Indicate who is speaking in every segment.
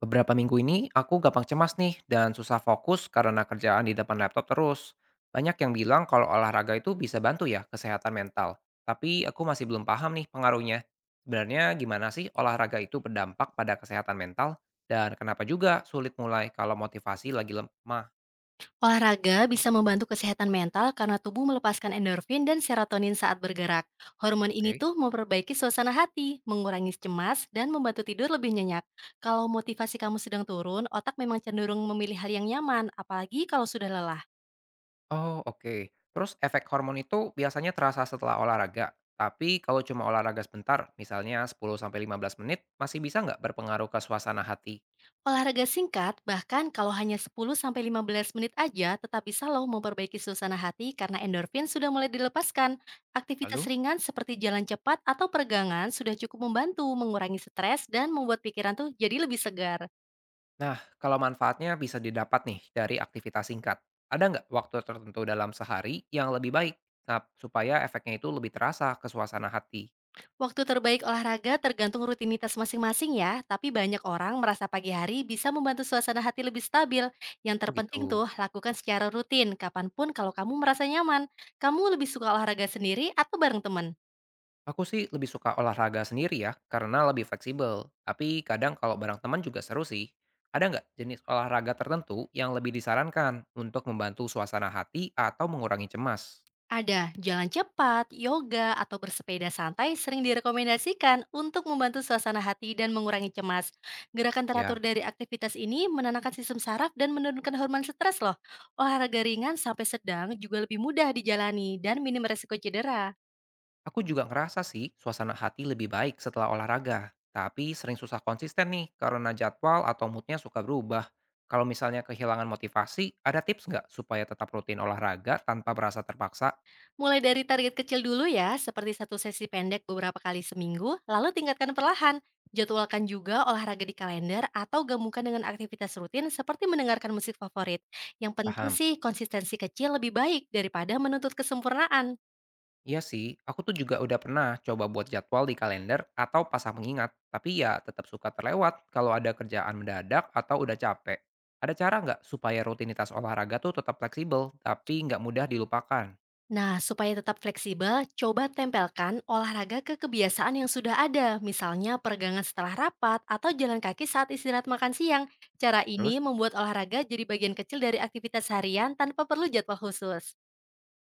Speaker 1: Beberapa minggu ini, aku gampang cemas nih dan susah fokus karena kerjaan di depan laptop terus. Banyak yang bilang kalau olahraga itu bisa bantu ya kesehatan mental. Tapi aku masih belum paham nih pengaruhnya. Sebenarnya gimana sih olahraga itu berdampak pada kesehatan mental? Dan kenapa juga sulit mulai kalau motivasi lagi lemah?
Speaker 2: Olahraga bisa membantu kesehatan mental karena tubuh melepaskan endorfin dan serotonin saat bergerak. Hormon ini
Speaker 1: Oke.
Speaker 2: tuh memperbaiki suasana hati, mengurangi cemas, dan membantu tidur lebih nyenyak. Kalau motivasi kamu sedang turun, otak memang cenderung memilih hal yang nyaman, apalagi kalau sudah lelah.
Speaker 1: Oh, oke. Terus efek hormon itu biasanya terasa setelah olahraga. Tapi kalau cuma olahraga sebentar, misalnya 10-15 menit, masih bisa nggak berpengaruh ke suasana hati?
Speaker 2: Olahraga singkat, bahkan kalau hanya 10-15 menit aja, tetap bisa loh memperbaiki suasana hati karena endorfin sudah mulai dilepaskan. Aktivitas
Speaker 1: Lalu?
Speaker 2: ringan seperti jalan cepat atau peregangan sudah cukup membantu mengurangi stres dan membuat pikiran tuh jadi lebih segar.
Speaker 1: Nah, kalau manfaatnya bisa didapat nih dari aktivitas singkat. Ada nggak waktu tertentu dalam sehari yang lebih baik? Nah, supaya efeknya itu lebih terasa ke suasana hati.
Speaker 2: Waktu terbaik olahraga tergantung rutinitas masing-masing ya, tapi banyak orang merasa pagi hari bisa membantu suasana hati lebih stabil. Yang terpenting
Speaker 1: Begitu.
Speaker 2: tuh, lakukan secara rutin, kapanpun kalau kamu merasa nyaman. Kamu lebih suka olahraga sendiri atau bareng teman?
Speaker 1: Aku sih lebih suka olahraga sendiri ya, karena lebih fleksibel. Tapi kadang kalau bareng teman juga seru sih. Ada nggak jenis olahraga tertentu yang lebih disarankan untuk membantu suasana hati atau mengurangi cemas?
Speaker 2: Ada jalan cepat, yoga, atau bersepeda santai sering direkomendasikan untuk membantu suasana hati dan mengurangi cemas. Gerakan teratur
Speaker 1: Ya.
Speaker 2: dari aktivitas ini menenangkan sistem saraf dan menurunkan hormon stres loh. Olahraga ringan sampai sedang juga lebih mudah dijalani dan minim resiko cedera.
Speaker 1: Aku juga ngerasa sih suasana hati lebih baik setelah olahraga, tapi sering susah konsisten nih karena jadwal atau moodnya suka berubah. Kalau misalnya kehilangan motivasi, ada tips nggak supaya tetap rutin olahraga tanpa berasa terpaksa?
Speaker 2: Mulai dari target kecil dulu ya, seperti satu sesi pendek beberapa kali seminggu, lalu tingkatkan perlahan. Jadwalkan juga olahraga di kalender atau gabungkan dengan aktivitas rutin seperti mendengarkan musik favorit. Yang penting
Speaker 1: Paham.
Speaker 2: sih konsistensi kecil lebih baik daripada menuntut kesempurnaan.
Speaker 1: Iya sih, aku tuh juga udah pernah coba buat jadwal di kalender atau pasang pengingat, tapi ya tetap suka terlewat kalau ada kerjaan mendadak atau udah capek. Ada cara nggak supaya rutinitas olahraga tuh tetap fleksibel, tapi nggak mudah dilupakan?
Speaker 2: Nah, supaya tetap fleksibel, coba tempelkan olahraga ke kebiasaan yang sudah ada, misalnya peregangan setelah rapat atau jalan kaki saat istirahat makan siang. Cara
Speaker 1: Terus?
Speaker 2: ini membuat olahraga jadi bagian kecil dari aktivitas harian tanpa perlu jadwal khusus.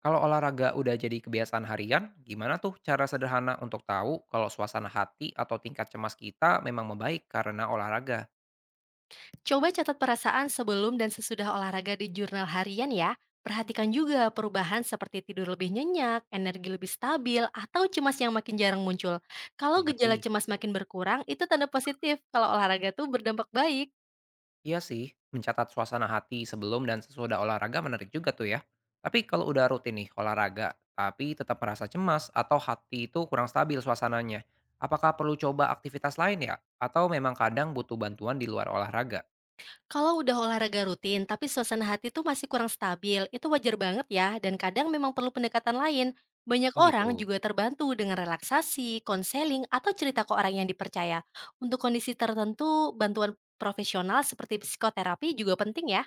Speaker 1: Kalau olahraga udah jadi kebiasaan harian, gimana tuh cara sederhana untuk tahu kalau suasana hati atau tingkat cemas kita memang membaik karena olahraga?
Speaker 2: Coba catat perasaan sebelum dan sesudah olahraga di jurnal harian ya. Perhatikan juga perubahan seperti tidur lebih nyenyak, energi lebih stabil, atau cemas yang makin jarang muncul. Kalau gejala
Speaker 1: Mengerti?
Speaker 2: cemas makin berkurang, itu tanda positif kalau olahraga tuh berdampak baik.
Speaker 1: Iya sih, mencatat suasana hati sebelum dan sesudah olahraga menarik juga tuh ya. Tapi kalau udah rutin nih olahraga, tapi tetap merasa cemas atau hati itu kurang stabil suasananya, apakah perlu coba aktivitas lain ya? Atau memang kadang butuh bantuan di luar olahraga?
Speaker 2: Kalau udah olahraga rutin, tapi suasana hati tuh masih kurang stabil, itu wajar banget ya, dan kadang memang perlu pendekatan lain. Banyak
Speaker 1: Oh
Speaker 2: orang
Speaker 1: gitu.
Speaker 2: juga terbantu dengan relaksasi, konseling, atau cerita ke orang yang dipercaya. Untuk kondisi tertentu, bantuan profesional seperti psikoterapi juga penting ya.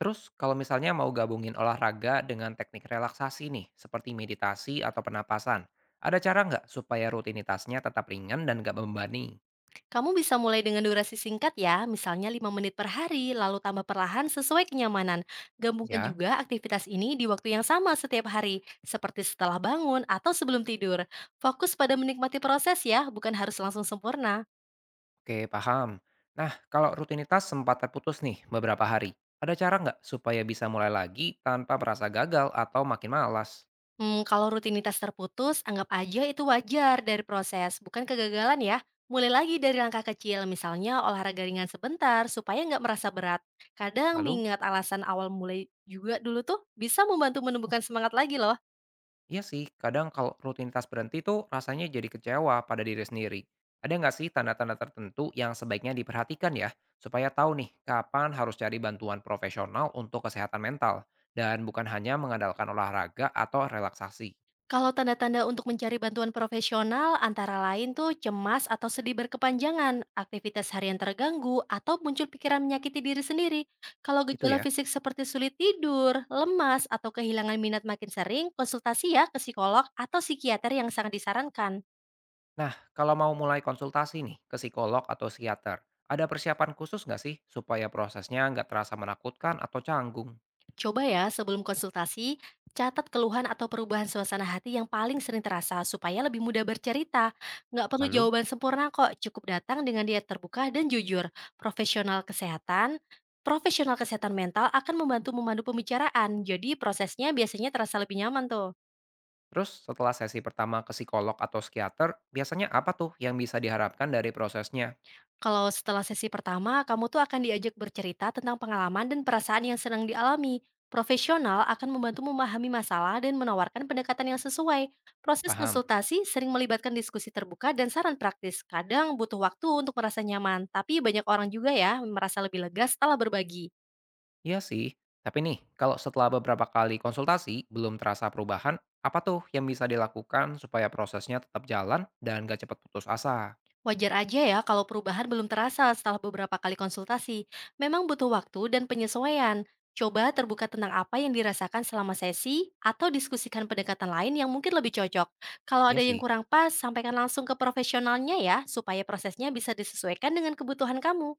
Speaker 1: Terus kalau misalnya mau gabungin olahraga dengan teknik relaksasi nih, seperti meditasi atau penapasan, ada cara nggak supaya rutinitasnya tetap ringan dan nggak membebani?
Speaker 2: Kamu bisa mulai dengan durasi singkat ya, misalnya 5 menit per hari, lalu tambah perlahan sesuai kenyamanan. Gabungkan
Speaker 1: Ya,
Speaker 2: juga aktivitas ini di waktu yang sama setiap hari, seperti setelah bangun atau sebelum tidur. Fokus pada menikmati proses ya, bukan harus langsung sempurna.
Speaker 1: oke paham. Nah, kalau rutinitas sempat terputus nih beberapa hari, ada cara nggak supaya bisa mulai lagi tanpa merasa gagal atau makin malas?
Speaker 2: Hmm, kalau rutinitas terputus, anggap aja itu wajar dari proses, bukan kegagalan ya. Mulai lagi dari langkah kecil, misalnya olahraga ringan sebentar supaya nggak merasa berat. Kadang
Speaker 1: Lalu?
Speaker 2: mengingat alasan awal mulai juga dulu tuh bisa membantu menumbuhkan semangat lagi loh.
Speaker 1: Iya sih, kadang kalau rutinitas berhenti tuh rasanya jadi kecewa pada diri sendiri. Ada nggak sih tanda-tanda tertentu yang sebaiknya diperhatikan ya, supaya tahu nih kapan harus cari bantuan profesional untuk kesehatan mental, dan bukan hanya mengandalkan olahraga atau relaksasi,
Speaker 2: Kalau tanda-tanda untuk mencari bantuan profesional antara lain tuh cemas atau sedih berkepanjangan, aktivitas harian terganggu, atau muncul pikiran menyakiti diri sendiri. Kalau
Speaker 1: gitu
Speaker 2: gejala
Speaker 1: ya.
Speaker 2: fisik seperti sulit tidur, lemas, atau kehilangan minat makin sering, konsultasi ya ke psikolog atau psikiater yang sangat disarankan.
Speaker 1: Nah, kalau mau mulai konsultasi nih ke psikolog atau psikiater, ada persiapan khusus nggak sih supaya prosesnya nggak terasa menakutkan atau canggung?
Speaker 2: Coba ya sebelum konsultasi, catat keluhan atau perubahan suasana hati yang paling sering terasa supaya lebih mudah bercerita. Nggak perlu
Speaker 1: Lalu?
Speaker 2: jawaban sempurna kok, cukup datang dengan diet terbuka dan jujur. Profesional kesehatan, profesional kesehatan mental akan membantu memandu pembicaraan, jadi prosesnya biasanya terasa lebih nyaman tuh.
Speaker 1: Terus setelah sesi pertama ke psikolog atau psikiater, biasanya apa tuh yang bisa diharapkan dari prosesnya?
Speaker 2: Kalau setelah sesi pertama, kamu tuh akan diajak bercerita tentang pengalaman dan perasaan yang sedang dialami. Profesional akan membantu memahami masalah dan menawarkan pendekatan yang sesuai. Proses
Speaker 1: Paham?
Speaker 2: konsultasi sering melibatkan diskusi terbuka dan saran praktis. Kadang butuh waktu untuk merasa nyaman, tapi banyak orang juga ya merasa lebih lega setelah berbagi.
Speaker 1: Iya sih. Tapi nih, kalau setelah beberapa kali konsultasi belum terasa perubahan, apa tuh yang bisa dilakukan supaya prosesnya tetap jalan dan gak cepat putus asa?
Speaker 2: Wajar aja ya kalau perubahan belum terasa setelah beberapa kali konsultasi. Memang butuh waktu dan penyesuaian. Coba terbuka tentang apa yang dirasakan selama sesi atau diskusikan pendekatan lain yang mungkin lebih cocok. Kalau ada
Speaker 1: Iya sih.
Speaker 2: yang kurang pas, sampaikan langsung ke profesionalnya ya supaya prosesnya bisa disesuaikan dengan kebutuhan kamu.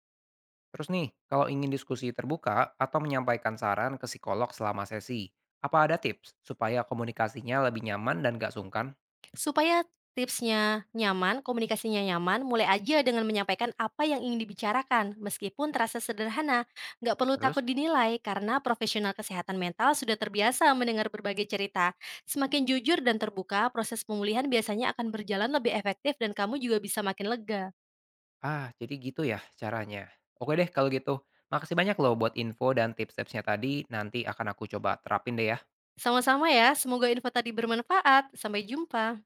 Speaker 1: Terus nih, kalau ingin diskusi terbuka atau menyampaikan saran ke psikolog selama sesi, apa ada tips supaya komunikasinya lebih nyaman dan gak sungkan?
Speaker 2: Supaya komunikasinya nyaman, mulai aja dengan menyampaikan apa yang ingin dibicarakan, meskipun terasa sederhana. Nggak perlu takut
Speaker 1: Terus?
Speaker 2: dinilai, karena profesional kesehatan mental sudah terbiasa mendengar berbagai cerita. Semakin jujur dan terbuka, proses pemulihan biasanya akan berjalan lebih efektif dan kamu juga bisa makin lega.
Speaker 1: Ah, jadi gitu ya caranya. Oke deh kalau gitu. Makasih banyak loh buat info dan tips-tipsnya tadi. Nanti akan aku coba terapin deh ya.
Speaker 2: Sama-sama ya, semoga info tadi bermanfaat. Sampai jumpa.